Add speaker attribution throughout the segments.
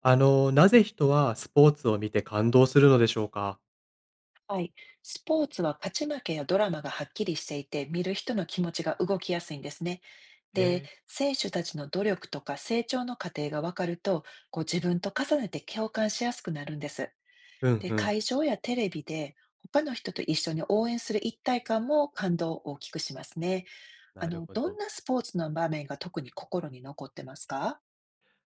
Speaker 1: なぜ人はスポーツを見て感動するのでしょうか？
Speaker 2: はい。スポーツは勝ち負けやドラマがはっきりしていて、見る人の気持ちが動きやすいんですね。
Speaker 1: へ
Speaker 2: で、
Speaker 1: え。
Speaker 2: 選手たちの努力とか成長の過程がわかると、こう自分と重ねて共感しやすくなるんです。
Speaker 1: うん
Speaker 2: で、
Speaker 1: うん。
Speaker 2: 会場やテレビで他の人と一緒に応援する一体感も感動を大きくしますね。
Speaker 1: なるほ
Speaker 2: どん
Speaker 1: ど。
Speaker 2: なスポーツの場面が特に心に残ってますか。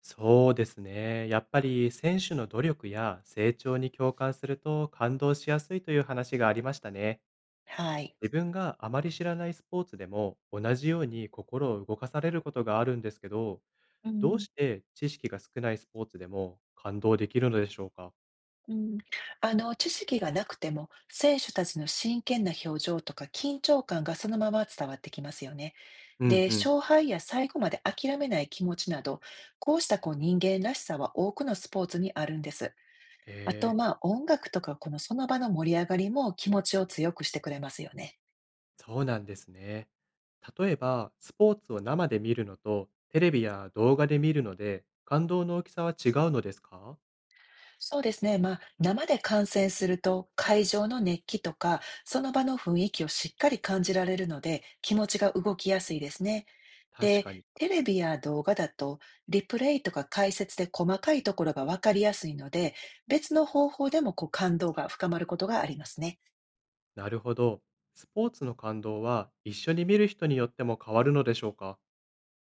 Speaker 1: そうですね。やっぱり選手の努力や成長に共感すると感動しやすいという話がありましたね。
Speaker 2: はい。
Speaker 1: 自分があまり知らないスポーツでも同じように心を動かされることがあるんですけど、
Speaker 2: う
Speaker 1: どう
Speaker 2: ん
Speaker 1: して知識が少ないスポーツでも感動できるのでしょうか？
Speaker 2: うん、知識がなくても選手たちの真剣な表情とか緊張感がそのまま伝わってきますよね。
Speaker 1: うん
Speaker 2: で、
Speaker 1: うん。
Speaker 2: 勝敗や最後まで諦めない気持ちなど、こうしたこう人間らしさは多くのスポーツにあるんです。あと、
Speaker 1: へえ。
Speaker 2: まあ音楽とかこのその場の盛り上がりも気持ちを強くしてくれますよね。
Speaker 1: そうなんですね。例えば、スポーツを生で見るのと、テレビや動画で見るので、感動の大きさは違うのですか？
Speaker 2: そうですね。まあ生で観戦すると会場の熱気とかその場の雰囲気をしっかり感じられるので気持ちが動きやすいですね。
Speaker 1: 確
Speaker 2: で、
Speaker 1: かに。
Speaker 2: テレビや動画だと、リプレイとか解説で細かいところがわかりやすいので、別の方法でもこう感動が深まることがありますね。
Speaker 1: なるほど。スポーツの感動は一緒に見る人によっても変わるのでしょうか？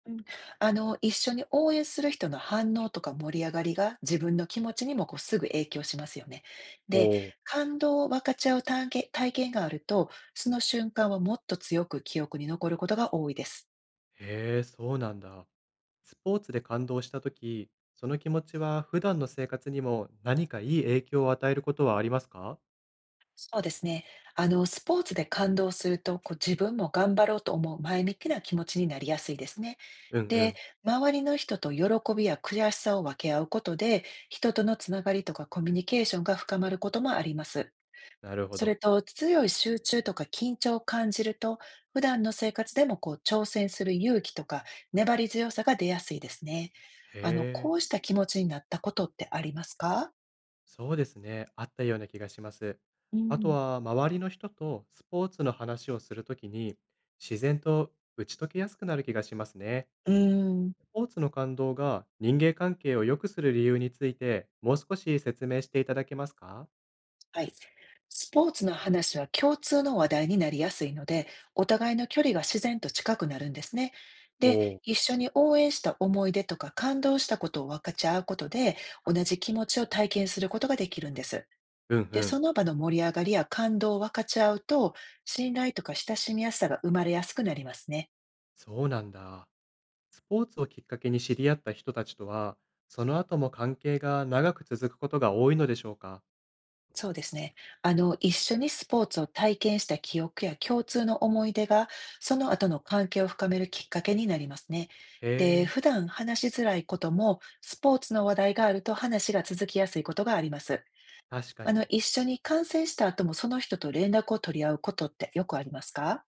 Speaker 2: うん、一緒に応援する人の反応とか盛り上がりが自分の気持ちにもこうすぐ影響しますよね。
Speaker 1: お
Speaker 2: で、
Speaker 1: おー。
Speaker 2: 感動を分かち合う体験があると、その瞬間はもっと強く記憶に残ることが多いです。
Speaker 1: へえ、そうなんだ。スポーツで感動したとき、その気持ちは普段の生活にも何かいい影響を与えることはありますか？
Speaker 2: そうですね。スポーツで感動すると、こう自分も頑張ろうと思う前向きな気持ちになりやすいですね。
Speaker 1: うんう
Speaker 2: で、
Speaker 1: ん。
Speaker 2: 周りの人と喜びや悔しさを分け合うことで、人とのつながりとかコミュニケーションが深まることもあります。
Speaker 1: なるほ
Speaker 2: それ
Speaker 1: ど。
Speaker 2: と、強い集中とか緊張を感じると、普段の生活でもこう挑戦する勇気とか粘り強さが出やすいですね。
Speaker 1: へ
Speaker 2: こ
Speaker 1: え。
Speaker 2: うした気持ちになったことってありますか。
Speaker 1: そうですね。あったような気がします。
Speaker 2: う
Speaker 1: あと
Speaker 2: ん
Speaker 1: は、周りの人とスポーツの話をするときに、自然と打ち解けやすくなる気がしますね。
Speaker 2: うーん。
Speaker 1: スポーツの感動が人間関係を良くする理由について、もう少し説明していただけますか？
Speaker 2: はい。スポーツの話は共通の話題になりやすいので、お互いの距離が自然と近くなるんですね。
Speaker 1: お
Speaker 2: で、
Speaker 1: お。
Speaker 2: 一緒に応援した思い出とか感動したことを分かち合うことで、同じ気持ちを体験することができるんです。
Speaker 1: う、うんう
Speaker 2: で、そ
Speaker 1: ん。
Speaker 2: の場の盛り上がりや感動を分かち合うと、信頼とか親しみやすさが生まれやすくなりますね。
Speaker 1: そうなんだ。スポーツをきっかけに知り合った人たちとは、その後も関係が長く続くことが多いのでしょうか？
Speaker 2: そうですね。一緒にスポーツを体験した記憶や共通の思い出が、その後の関係を深めるきっかけになりますね。
Speaker 1: へ
Speaker 2: で、
Speaker 1: え。
Speaker 2: 普段話しづらいことも、スポーツの話題があると話が続きやすいことがあります。
Speaker 1: 確かに。
Speaker 2: 一緒に観戦した後もその人と連絡を取り合うことってよくありますか。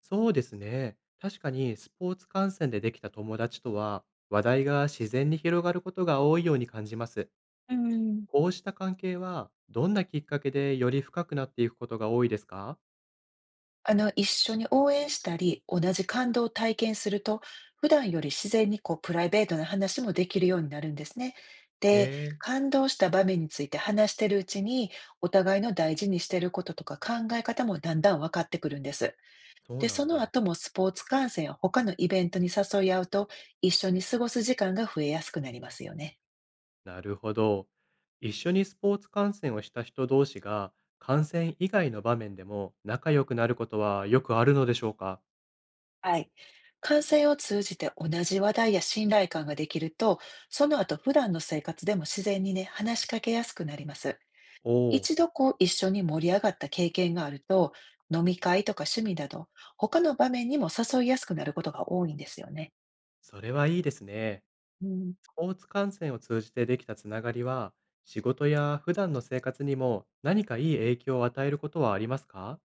Speaker 1: そうですね。確かにスポーツ観戦でできた友達とは、話題が自然に広がることが多いように感じます。
Speaker 2: うん、
Speaker 1: こうした関係は、どんなきっかけでより深くなっていくことが多いですか？
Speaker 2: 一緒に応援したり、同じ感動を体験すると、普段より自然にこうプライベートな話もできるようになるんですね。
Speaker 1: へ
Speaker 2: で、
Speaker 1: え、
Speaker 2: 感動した場面について話してるうちに、お互いの大事にしてることとか考え方もだんだん分かってくるんです。
Speaker 1: そう
Speaker 2: で、
Speaker 1: な
Speaker 2: そ
Speaker 1: ん
Speaker 2: の
Speaker 1: だ。
Speaker 2: 後もスポーツ観戦や他のイベントに誘い合うと、一緒に過ごす時間が増えやすくなりますよね。
Speaker 1: なるほど。一緒にスポーツ観戦をした人同士が、観戦以外の場面でも仲良くなることはよくあるのでしょうか？
Speaker 2: はい。感性を通じて同じ話題や信頼感ができると、その後普段の生活でも自然にね、話しかけやすくなります。
Speaker 1: おお、
Speaker 2: 一度こう一緒に盛り上がった経験があると、飲み会とか趣味など、他の場面にも誘いやすくなることが多いんですよね。
Speaker 1: それはいいですね。
Speaker 2: うん
Speaker 1: スポーツ観戦を通じてできたつながりは、仕事や普段の生活にも何かいい影響を与えることはありますか？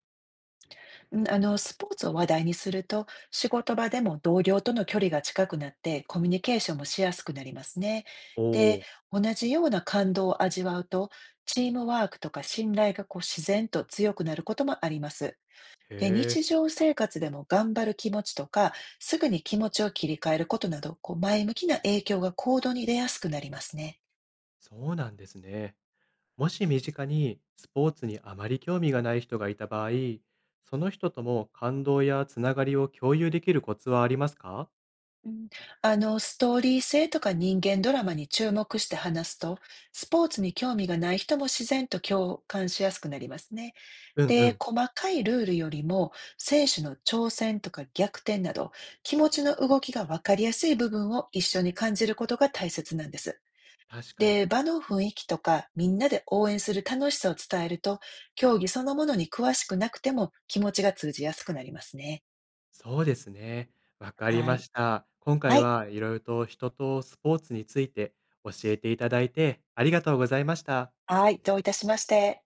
Speaker 2: うん、スポーツを話題にすると、仕事場でも同僚との距離が近くなって、コミュニケーションもしやすくなりますね。
Speaker 1: おお
Speaker 2: で、
Speaker 1: ー。
Speaker 2: 同じような感動を味わうと、チームワークとか信頼がこう自然と強くなることもあります。で、
Speaker 1: へえ。
Speaker 2: 日常生活でも頑張る気持ちとか、すぐに気持ちを切り替えることなど、こう前向きな影響が行動に出やすくなりますね。
Speaker 1: そうなんですね。もし身近にスポーツにあまり興味がない人がいた場合、その人とも感動やつながりを共有できるコツはありますか？
Speaker 2: うん、ストーリー性とか人間ドラマに注目して話すと、スポーツに興味がない人も自然と共感しやすくなりますね。
Speaker 1: うんう
Speaker 2: で、
Speaker 1: ん。
Speaker 2: 細かいルールよりも、選手の挑戦とか逆転など、気持ちの動きがわかりやすい部分を一緒に感じることが大切なんです。
Speaker 1: 確かに。
Speaker 2: で、場の雰囲気とか、みんなで応援する楽しさを伝えると、競技そのものに詳しくなくても気持ちが通じやすくなりますね。
Speaker 1: そうですね。わかり
Speaker 2: は
Speaker 1: ま
Speaker 2: い。
Speaker 1: した。今回
Speaker 2: はい。
Speaker 1: はいろいろと人とスポーツについて教えていただいてありがとうございました。
Speaker 2: はい。どういたしまして。